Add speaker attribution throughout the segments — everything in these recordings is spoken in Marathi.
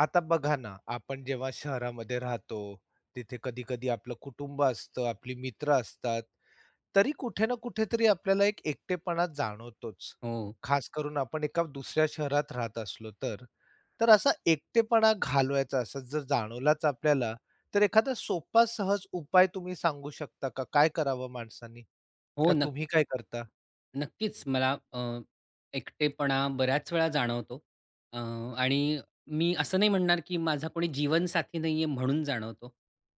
Speaker 1: आता बघा ना, आपण जेव्हा शहरामध्ये राहतो, तिथे कधी-कधी आपलं कुटुंब असतं, आपली मित्र असतात. तरी कुठे ना कुठेतरी आपल्याला एक एकटेपणा जाणवतोच.
Speaker 2: हो,
Speaker 1: खास करून आपण एका दुसऱ्या शहरात राहत असलो तर. तर असा एकटेपणा घालवायचा असा जर जाणवलाच आपल्याला, तर एखादा सोपा सहज उपाय तुम्ही सांगू शकता का? काय करावं माणसांनी? का
Speaker 2: हो. नक्क
Speaker 1: तुम्ही काय करता?
Speaker 2: नक्कीच मला एकटेपणा बऱ्याच वेळा जाणवतो अ, आणि मी असं नाही म्हणणार, की माझा कोणी जीवनसाथी नाहीये म्हणून जाणवतो.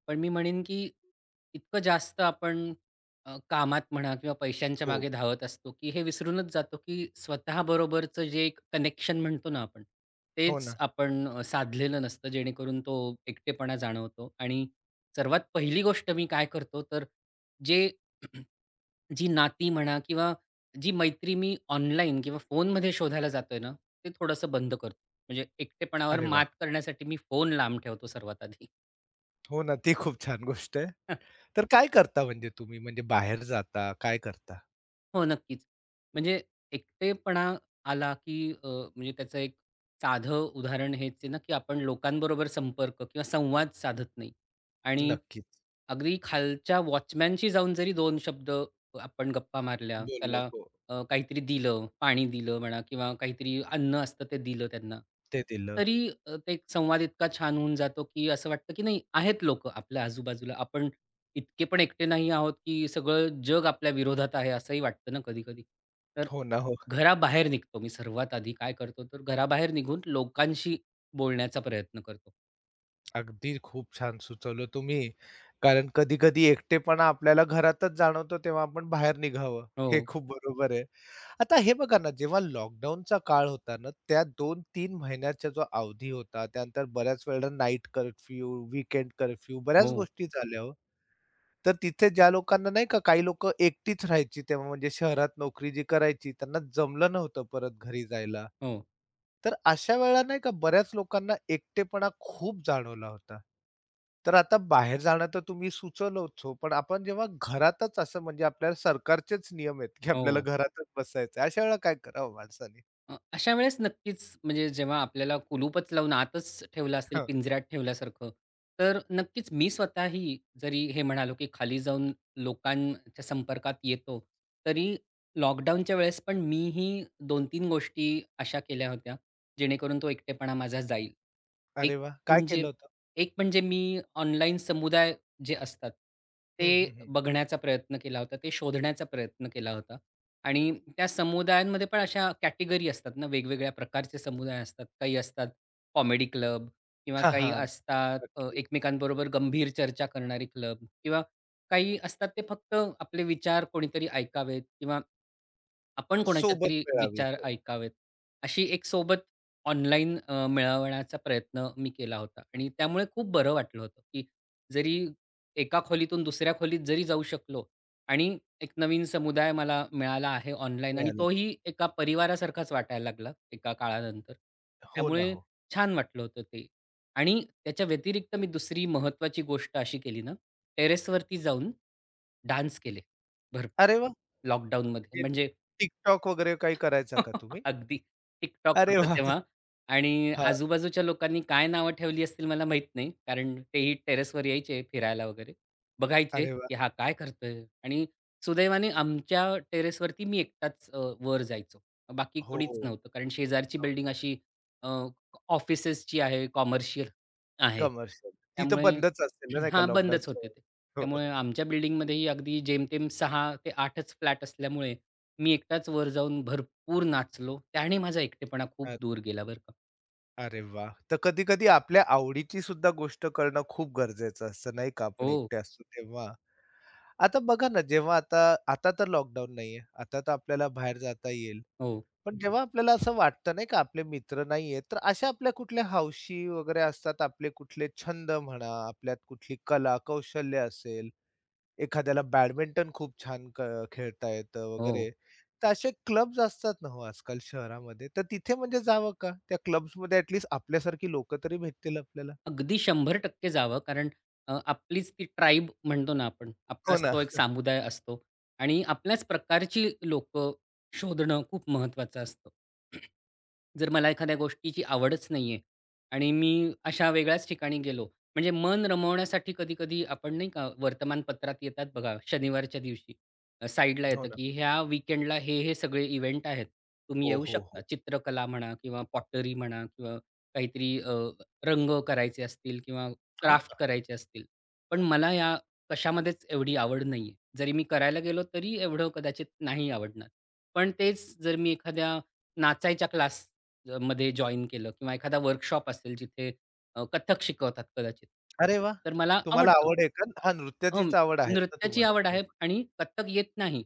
Speaker 2: पण मी म्हणेन, की इतकं जास्त आपण कामात म्हणा किंवा पैशांच्या
Speaker 1: हो,
Speaker 2: मागे धावत असतो, की हे विसरूनच जातो, की स्वतःबरोबरचं जे एक कनेक्शन म्हणतो ना आपण,
Speaker 1: हो
Speaker 2: तेच
Speaker 1: ना.
Speaker 2: आपण साधलेलं नसतं जेणेकरून तो एकटेपणा जाणवतो. आणि सर्वात पहिली गोष्ट मी काय करतो, तर जे जी नाती म्हणा किंवा जी मैत्री मी ऑनलाईन किंवा फोनमध्ये शोधायला जातोय ना, ते थोडंसं बंद करतो. म्हणजे एकटेपणावर
Speaker 1: अरे वाह!
Speaker 2: मात करण्यासाठी मी फोन लांब ठेवतो सर्वात आधी.
Speaker 1: हो ना, ती खूप छान गोष्ट आहे. तर काय करता म्हणजे तुम्ही? म्हणजे बाहेर जाता? काय करता?
Speaker 2: हो, नक्कीच. म्हणजे एकटेपणा आला की म्हणजे त्याचं एक साधं उदाहरण हेच आहे ना, की आपण लोकांबरोबर संपर्क किंवा संवाद साधत नाही आणि
Speaker 1: नक्कीच.
Speaker 2: अगदी खालच्या वॉचमॅनशी जाऊन जरी दोन शब्द आपण गप्पा मारल्या,
Speaker 1: बोललो.
Speaker 2: त्याला
Speaker 1: हो.
Speaker 2: काहीतरी दिलं, पाणी दिलं म्हणा किंवा काहीतरी अन्न असतं ते दिलं त्यांना,
Speaker 1: ते दिलं.
Speaker 2: तरी ते एक संवाद इतका छान होऊन जातो, की असं वाटतं, की नाही आहेत लोकं आपल्या आजूबाजूला. आपण इतके पण एकटे नाही आहोत, की सगळं जग आपल्या विरोधात आहे असंही वाटतं ना कधी-कधी. तर
Speaker 1: हो ना, हो.
Speaker 2: घराबाहेर निघतो मी सर्वात आधी काय करतो, तर घराबाहेर निघून लोकांशी बोलण्याचा प्रयत्न करतो.
Speaker 1: अगदी खूप छान सुचवलं तुम्ही. कारण कधी-कधी एकटेपणा आपल्याला घरातच जाणवतो, तेव्हा आपण बाहेर निघावं. हे
Speaker 2: हो,
Speaker 1: खूप बरोबर आहे. आता हे बघा ना, जेव्हा लॉकडाऊनचा काळ होता ना, त्या दोन तीन महिन्याचा जो अवधी होता, त्यानंतर बऱ्याच वेळेला नाईट कर्फ्यू, वीकेंड कर्फ्यू बऱ्याच
Speaker 2: हो,
Speaker 1: गोष्टी झाल्या हो. तर तिथे ज्या लोकांना नाही का काही लोकं एकटीच राहायची तेव्हा म्हणजे शहरात नोकरी जी करायची त्यांना जमलं नव्हतं परत घरी जायला.
Speaker 2: हो,
Speaker 1: तर अशा वेळेला नाही का बऱ्याच लोकांना एकटेपणा खूप जाणवला होता. तर आता बाहेर जाणं तर तुम्ही सुचवलंच हो, पण आपण जेव्हा घरातच असं म्हणजे आपल्याला सरकारचेच नियम आहेत, की आपल्याला
Speaker 2: हो.
Speaker 1: घरातच बसायचं अशा वेळेला काय करावं माणसाने?
Speaker 2: अशा वेळेस नक्कीच म्हणजे जेव्हा आपल्याला कुलूपच लावून आतच ठेवलं असेल,
Speaker 1: हं.
Speaker 2: पिंजऱ्यात ठेवल्यासारखं, तर नक्कीच मी स्वतःही जरी हे म्हणालो, की खाली जाऊन लोकांच्या संपर्कात येतो, तरी लॉकडाऊनच्या वेळेस पण मीही 2-3 गोष्टी अशा केल्या होत्या, जेणेकरून तो एकटेपणा माझा जाईल. एक
Speaker 1: अरे वाह! काय
Speaker 2: म्हणजे
Speaker 1: केलं होतं?
Speaker 2: एक म्हणजे मी ऑनलाईन समुदाय जे असतात,
Speaker 1: हं, हं,
Speaker 2: ते
Speaker 1: हं.
Speaker 2: बघण्याचा प्रयत्न केला होता, ते शोधण्याचा प्रयत्न केला होता. आणि त्या समुदायांमध्ये पण अशा कॅटेगरी असतात ना, वेगवेगळ्या प्रकारचे समुदाय असतात. काही असतात कॉमेडी क्लब किंवा
Speaker 1: हां,
Speaker 2: काही
Speaker 1: हां.
Speaker 2: असतात
Speaker 1: नक्की.
Speaker 2: एकमेकांबरोबर गंभीर चर्चा करणारे क्लब किंवा काही असतात ते फक्त आपले विचार कोणीतरी ऐकावेत किंवा आपण कोणाच्या
Speaker 1: सोबत
Speaker 2: तरी
Speaker 1: मिळावी.
Speaker 2: विचार
Speaker 1: हो,
Speaker 2: ऐकावेत, अशी एक सोबत ऑनलाईन मिळवण्याचा प्रयत्न मी केला होता आणि त्यामुळे खूप बरं वाटलं होतं, की जरी एका खोलीतून दुसऱ्या खोलीत जरी जाऊ शकलो आणि एक नवीन समुदाय मला मिळाला आहे ऑनलाईन आणि
Speaker 1: मिळालं.
Speaker 2: तोही एका परिवारासारखाच वाटायला लागला एका काळानंतर.
Speaker 1: हो ना,
Speaker 2: त्यामुळे
Speaker 1: हो.
Speaker 2: छान वाटलं होतं ते आणि त्याच्या व्यतिरिक्त मी दुसरी महत्त्वाची गोष्ट अशी केली ना, टेरेसवरती जाऊन डान्स केले भर
Speaker 1: अरे वाह!
Speaker 2: लॉकडाऊनमध्ये.
Speaker 1: म्हणजे
Speaker 2: म्हणजे
Speaker 1: TikTok वगैरे काही करायचा का तुम्ही?
Speaker 2: अगदी. TikTok
Speaker 1: अरे
Speaker 2: होतं
Speaker 1: वाह!
Speaker 2: तेव्हा आणि
Speaker 1: हां,
Speaker 2: आजूबाजूच्या लोकांनी काय नावं ठेवली असतील मला माहीत नाही. कारण तेही टेरेसवर यायचे फिरायला वगैरे. बघायचे,
Speaker 1: अरे वाह!
Speaker 2: की हा काय करतोय? आणि सुदैवाने आमच्या टेरेसवरती मी एकटाच वर जायचो. बाकी
Speaker 1: हो,
Speaker 2: कोणीच नव्हतं. कारण शेजारची
Speaker 1: हो.
Speaker 2: बिल्डिंग अशी ऑफिसेसची आहे, कॉमर्शियल आहे.
Speaker 1: कमर्शियल. तिथं
Speaker 2: त्यामुळे
Speaker 1: बंदच असेल ना, नाही का
Speaker 2: हां, बंदच
Speaker 1: लॉकडाऊनच्या
Speaker 2: होते ते.
Speaker 1: वेळी? हो.
Speaker 2: त्यामुळे आमच्या बिल्डिंगमध्येही अगदी जेमतेम सहा ते आठच फ्लॅट असल्यामुळे मी एकटाच वर जाऊन भरपूर नाचलो. त्याने माझा एकटेपणा
Speaker 1: अ,
Speaker 2: खूप दूर गेला बरं का.
Speaker 1: अरे वाह! तर कधी-कधी आपल्या आवडीची सुद्धा गोष्ट करणं खूप गरजेचं असतं, नाही का? आपण
Speaker 2: हो,
Speaker 1: एकटे असतो तेव्हा. आता बघा ना, जेव्हा आता आता तर लॉकडाऊन नाहीये. आता तर आपल्याला बाहेर जाता येईल.
Speaker 2: हो,
Speaker 1: पण जेव्हा आपल्याला असं वाटतं नाही का आपले मित्र नाहीये, तर अशा आपल्या कुठल्या हौशी वगैरे असतात, आपले कुठले छंद म्हणा, आपल्यात कुठली कला, कौशल्य असेल, एखाद्याला बॅडमिंटन खूप छान क खेळता येतं
Speaker 2: हो.
Speaker 1: वगैरे. तर असे क्लब्स असतात ना हो आजकाल शहरामध्ये, तर तिथे म्हणजे जावं का? त्या क्लब्समध्ये ॲटलीस्ट आपल्यासारखी लोकं तरी भेटतील आपल्याला.
Speaker 2: अगदी 100% जावं. कारण आपलीच ती ट्राइब म्हणतो ना आपण.
Speaker 1: हो
Speaker 2: आपलाच
Speaker 1: ना,
Speaker 2: तो एक समुदाय असतो आणि आपल्याच प्रकारची लोकं शोधणं खूप महत्त्वाचं असतं. जर मला एखाद्या गोष्टीची आवडच नाहीये आणि मी अशा वेगळ्याच ठिकाणी गेलो, म्हणजे मन रमवण्यासाठी कधी-कधी आपण नाही का वर्तमानपत्रात येतात बघा शनिवारच्या दिवशी साइडला
Speaker 1: हो
Speaker 2: येतं,
Speaker 1: ना.
Speaker 2: की ह्या वीकेंडला हे सगळे इव्हेंट आहेत. तुम्ही
Speaker 1: हो,
Speaker 2: येऊ
Speaker 1: हो,
Speaker 2: शकता.
Speaker 1: हो.
Speaker 2: चित्रकला म्हणा किंवा पॉटरी म्हणा किंवा काहीतरी रंग करायचे असतील किंवा
Speaker 1: हो
Speaker 2: क्राफ्ट
Speaker 1: ना.
Speaker 2: करायचे असतील. पण मला या कशामध्येच एवढी आवड नाहीये. जरी मी करायला गेलो तरी एवढं कदाचित नाही आवडणार. पण तेच जर मी एखाद्या नाचायच्या क्लास मध्ये जॉइन केलं किंवा एखादा वर्कशॉप असेल जिथे कथ्थक शिकवतात कदाचित.
Speaker 1: अरे वाह!
Speaker 2: तर मला
Speaker 1: तुम्हाला
Speaker 2: आवडतं.
Speaker 1: आवड आहे का? हां,
Speaker 2: हं,
Speaker 1: नृत्याचीच आवड आहेच ना
Speaker 2: नृत्याची आवड
Speaker 1: तुम्हाला.
Speaker 2: आहे आणि कथ्थक येत नाही.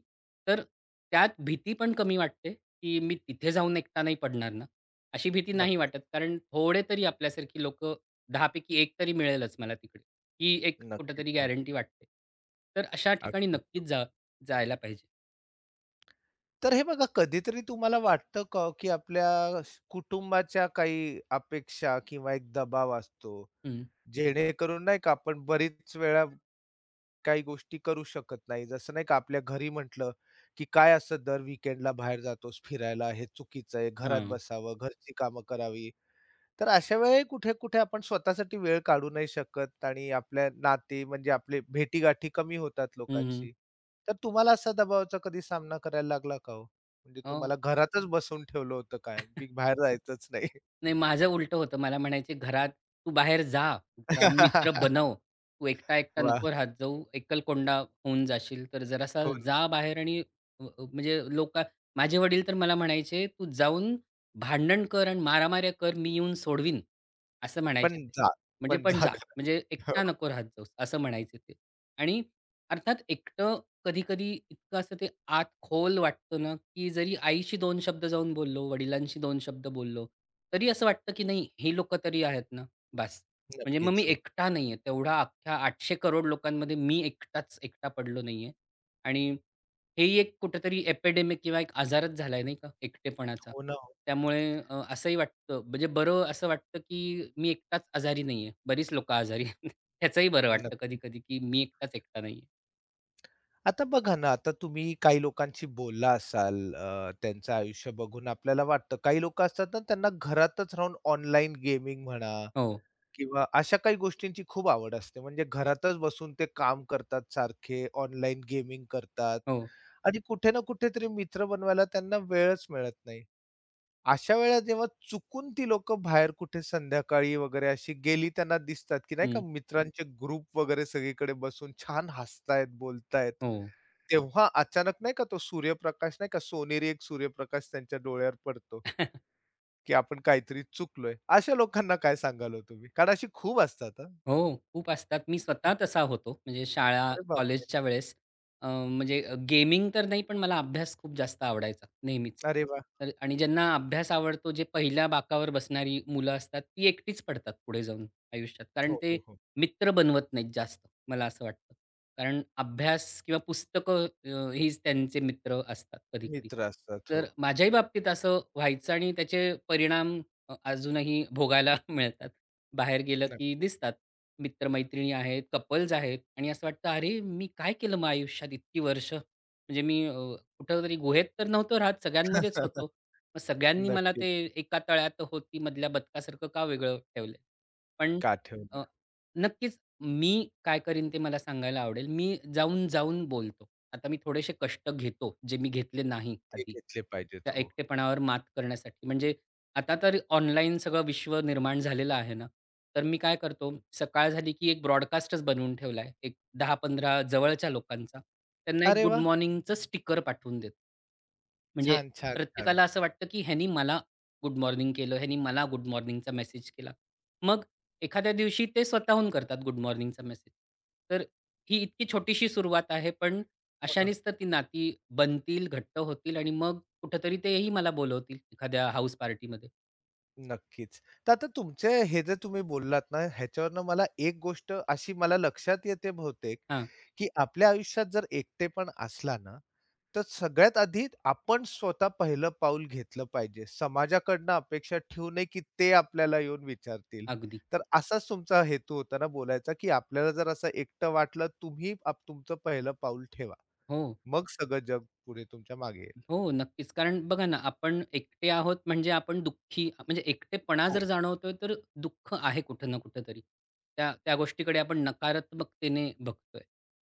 Speaker 2: तर त्यात भीती पण कमी वाटते, की मी तिथे जाऊन एकटा नाही पडणार अशी भीती नाही
Speaker 1: नक्कीच,
Speaker 2: वाटत, कारण थोडे तरी आपल्यासारखी लोक 10 पैकी 1 तरी मिळेलच मला तिकडे. ही एक
Speaker 1: नक्कीच.
Speaker 2: कुठेतरी
Speaker 1: हो.
Speaker 2: गॅरंटी वाटते. तर अशा ठिकाणी
Speaker 1: अगदी.
Speaker 2: नक्कीच जा जायला पाहिजे.
Speaker 1: तर हे बघा कधीतरी तुम्हाला वाटतं का, की आपल्या कुटुंबाच्या काही अपेक्षा किंवा एक दबाव असतो.
Speaker 2: हं.
Speaker 1: जेणेकरून नाही का आपण बरीच वेळा काही गोष्टी करू शकत नाही. जसं नाही का आपल्या घरी म्हटलं, की काय असं दर वीकेंडला बाहेर जातोस फिरायला, हे चुकीचं आहे. घरात
Speaker 2: हां.
Speaker 1: बसावं, घरची कामं करावी. तर अशा वेळी कुठे-कुठे आपण स्वतःसाठी वेळ काढू नाही शकत आणि आपल्या नाते म्हणजे आपले भेटीगाठी कमी होतात
Speaker 2: हं, हं.
Speaker 1: लोकांशी. तर तुम्हाला असा दबावाचा कधी सामना करायला लागला का हो? म्हणजे
Speaker 2: अ
Speaker 1: तुम्हाला घरातच बसवून ठेवलं होतं कायम, की बाहेर जायचंच नाही?
Speaker 2: नाही, माझं उलटं होतं. मला म्हणायचे, "घरात तू बाहेर जा, जरा मित्र बनव. तू एकटा-एकटा
Speaker 1: वाह!
Speaker 2: नको राहत जाऊ. एकलकोंडा होऊन जाशील. तर जरासा
Speaker 1: हो ना.
Speaker 2: जा बाहेर आणि अ, अ, म्हणजे लोका." माझे वडील तर मला म्हणायचे, "तू जाऊन भांडण कर आणि मारामाऱ्या कर. मी येऊन सोडवीन." असं
Speaker 1: पण
Speaker 2: म्हणायचे ते.
Speaker 1: जा
Speaker 2: म्हणजे
Speaker 1: पण
Speaker 2: "पण जा.
Speaker 1: जागा
Speaker 2: म्हणजे
Speaker 1: हो,
Speaker 2: एकटा नको राहत जाऊस." असं म्हणायचे ते. आणि अर्थात एकटं कधी-कधी इतकं असं ते आत खोल वाटतं ना, की जरी आईशी दोन शब्द जाऊन बोललो, वडिलांशी दोन शब्द बोललो, तरी असं वाटतं की नाही हे लोकं तरी आहेत ना, बस म्हणजे मग मी
Speaker 1: नक्कीच हो.
Speaker 2: एकटा नाहीये. तेवढा अख्ख्या 800 करोड लोकांमध्ये मी एकटाच एकटा पडलो नाहीये. आणि हेही एक कुठेतरी एपिडेमिक किंवा एक आजारच झालाय नाही का, एकटेपणाचा.
Speaker 1: हो ना, हो.
Speaker 2: त्यामुळे असंही वाटतं म्हणजे बरं असं वाटतं की मी एकटाच आजारी नाहीये. बरीच लोकं आजारी आहेत. ह्याचंही बरं वाटतं
Speaker 1: नक्क
Speaker 2: कधी-कधी की मी एकटाच एकटा नाहीये.
Speaker 1: आता बघा ना, आता तुम्ही काही लोकांशी बोलला असाल त्यांचं आयुष्य बघून आपल्याला वाटतं. काही लोकं असतात ना त्यांना घरातच राहून ऑनलाईन गेमिंग म्हणा
Speaker 2: हो,
Speaker 1: किंवा अशा काही गोष्टींची खूप आवड असते. म्हणजे घरातच बसून ते काम करतात सारखे, ऑनलाईन गेमिंग करतात
Speaker 2: हो.
Speaker 1: आणि कुठे ना कुठेतरी मित्र बनवायला त्यांना वेळच मिळत नाही. अशा वेळेला जेव्हा चुकून ती लोकं बाहेर कुठे संध्याकाळी वगैरे अशी गेली त्यांना दिसतात, की नाही का
Speaker 2: हं.
Speaker 1: मित्रांचे ग्रुप वगैरे सगळीकडे बसून छान हसतायत, बोलतायत.
Speaker 2: हो.
Speaker 1: तेव्हा अचानक नाही का तो सूर्यप्रकाश नाही का सोनेरी एक सूर्यप्रकाश त्यांच्या डोळ्यावर पडतो, की आपण काहीतरी चुकलोय. अशा लोकांना काय सांगाल हो तुम्ही? कारण अशी खूप असतात
Speaker 2: हो, खूप असतात. मी स्वतः तसा होतो. म्हणजे शाळा,
Speaker 1: अरे बापरे!
Speaker 2: कॉलेजच्या वेळेस म्हणजे गेमिंग तर नाही, पण मला अभ्यास खूप जास्त आवडायचा नेहमीच.
Speaker 1: अरे वाह!
Speaker 2: तर आणि ज्यांना अभ्यास आवडतो, जे पहिल्या बाकावर बसणारी मुलं असतात, ती एकटीच पडतात पुढे जाऊन आयुष्यात. कारण
Speaker 1: हो,
Speaker 2: ते
Speaker 1: हो, हो.
Speaker 2: मित्र बनवत नाहीत जास्त, मला असं वाटतं. कारण अभ्यास किंवा पुस्तकं हीच त्यांचे मित्र असतात कधी-कधी.
Speaker 1: मित्र असतात.
Speaker 2: तर
Speaker 1: हो.
Speaker 2: माझ्याही बाबतीत असं व्हायचं आणि त्याचे परिणाम अजूनही भोगायला मिळतात. बाहेर गेलं की
Speaker 1: नक्की.
Speaker 2: दिसतात. मित्र-मैत्रिणी आहेत, कपल्स आहेत आणि असं वाटतं, "अरे, मी काय केलं मग आयुष्यात इतकी वर्ष?" म्हणजे मी कुठेतरी गुहेत तर नव्हतो राहत, सगळ्यांमध्येच होतो. मग सगळ्यांनी मला
Speaker 1: नक्कीच
Speaker 2: ते एका तळ्यात होती मधल्या बदकासारखं का वेगळं ठेवलंय? पण
Speaker 1: का
Speaker 2: अ,
Speaker 1: ठेवले.
Speaker 2: नक्कीच मी काय करीन ते मला सांगायला आवडेल. मी जाऊन-जाऊन बोलतो. आता मी थोडेसे कष्ट घेतो, जे मी घेतले नाही
Speaker 1: ते
Speaker 2: आधी.
Speaker 1: घेतले पाहिजेत.
Speaker 2: त्या
Speaker 1: हो.
Speaker 2: एकटेपणावर मात करण्यासाठी. म्हणजे आता तर ऑनलाईन सगळं विश्व निर्माण झालेलं आहे ना, तर मी काय करतो, सकाळ झाली की एक ब्रॉडकास्टच बनवून ठेवला आहे. एक 10-15 जवळच्या लोकांचा. त्यांना एक
Speaker 1: अरे
Speaker 2: गुड
Speaker 1: वाह!
Speaker 2: मॉर्निंगचं स्टिकर पाठवून देतो. म्हणजे
Speaker 1: छान, छान, छान.
Speaker 2: प्रत्येकाला असं वाटतं, की ह्यानी मला गुड मॉर्निंग केलं, ह्यानी मला गुड मॉर्निंगचा मेसेज केला. मग एखाद्या दिवशी ते स्वतःहून करतात गुड मॉर्निंगचा मेसेज. तर ही इतकी छोटीशी सुरुवात आहे, पण
Speaker 1: हो ना.
Speaker 2: अशानेच तर ती नाती बनतील, घट्ट होतील आणि मग कुठेतरी तेही मला बोलवतील एखाद्या हाउस पार्टीमध्ये.
Speaker 1: नक्कीच. तर आता तुमचे हे जे तुम्ही बोललात ना, ह्याच्यावरनं मला एक गोष्ट अशी मला लक्षात येते बहुतेक,
Speaker 2: हां,
Speaker 1: की आपल्या आयुष्यात जर एकटेपण असला ना तर सगळ्यात आधी आपण स्वतः पहिलं पाऊल घेतलं पाहिजे. समाजाकडनं अपेक्षा ठेवू नये, की ते आपल्याला येऊन विचारतील.
Speaker 2: अगदी.
Speaker 1: तर असाच तुमचा हेतू होता ना बोलायचा, की आपल्याला जर असं एकटं वाटलं, तुम्ही आप तुमचं पहिलं पाऊल ठेवा.
Speaker 2: हो.
Speaker 1: मग सगळं जग पुढे तुमच्या मागे येईल.
Speaker 2: हो, नक्कीच. कारण बघा ना, आपण एकटे आहोत म्हणजे आपण दुःखी म्हणजे एकटेपणा जर
Speaker 1: हो,
Speaker 2: जाणवतोय, तर दुःख आहे कुठं ना कुठं तरी त्या त्या गोष्टीकडे आपण नकारात्मकतेने बघतोय.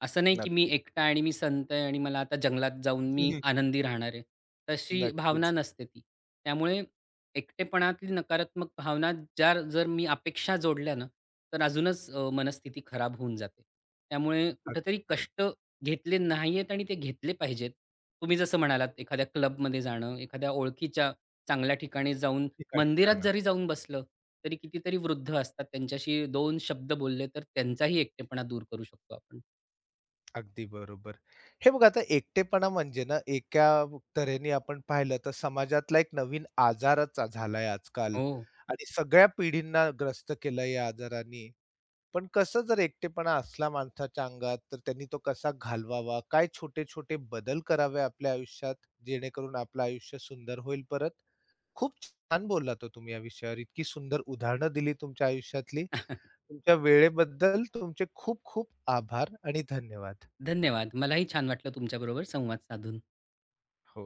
Speaker 2: असं नाही की मी
Speaker 1: नक्कीच.
Speaker 2: एकटा आणि मी संत आहे आणि मला आता जंगलात जाऊन मी आनंदी राहणार आहे. तशी भावना
Speaker 1: नक्कीच.
Speaker 2: नसते ती. त्यामुळे एकटेपणातली नकारात्मक भावना ज्या जर मी अपेक्षा जोडल्या ना, तर अजूनच मनस्थिती खराब होऊन जाते. त्यामुळे
Speaker 1: अगदी
Speaker 2: कुठेतरी
Speaker 1: बरोबर.
Speaker 2: कष्ट घेतले नाहीयेत आणि ते घेतले पाहिजेत. तुम्ही जसं म्हणालात एखाद्या क्लबमध्ये जाणं, एखाद्या ओळखीच्या चांगल्या ठिकाणी जाऊन
Speaker 1: ठिकाणी
Speaker 2: मंदिरात
Speaker 1: जाणं.
Speaker 2: जरी जाऊन बसलं, तरी कितीतरी वृद्ध असतात. त्यांच्याशी दोन शब्द बोलले तर त्यांचाही एकटेपणा दूर करू शकतो आपण.
Speaker 1: अगदी बरोबर. हे बघा आता एकटेपणा म्हणजे ना एका तऱ्हेने आपण पाहिलं तर समाजातला एक नवीन झालाय आजकाल
Speaker 2: हो.
Speaker 1: आणि सगळ्या पिढींना ग्रस्त केलं या आजाराने. पण कसं जर एकटेपणा असला माणसाच्या अंगात तर त्यांनी तो कसा घालवावा? काय छोटे-छोटे बदल करावे आपल्या आयुष्यात जेणेकरून आपलं आयुष्य सुंदर होईल परत? खूप छान बोललात हो तुम्ही या विषयावर. इतकी सुंदर उदाहरणं दिली तुमच्या आयुष्यातली. तुमच्या वेळेबद्दल तुमचे खूप खूप आभार आणि धन्यवाद.
Speaker 2: धन्यवाद. मलाही छान वाटलं तुमच्याबरोबर संवाद साधून.
Speaker 1: हो.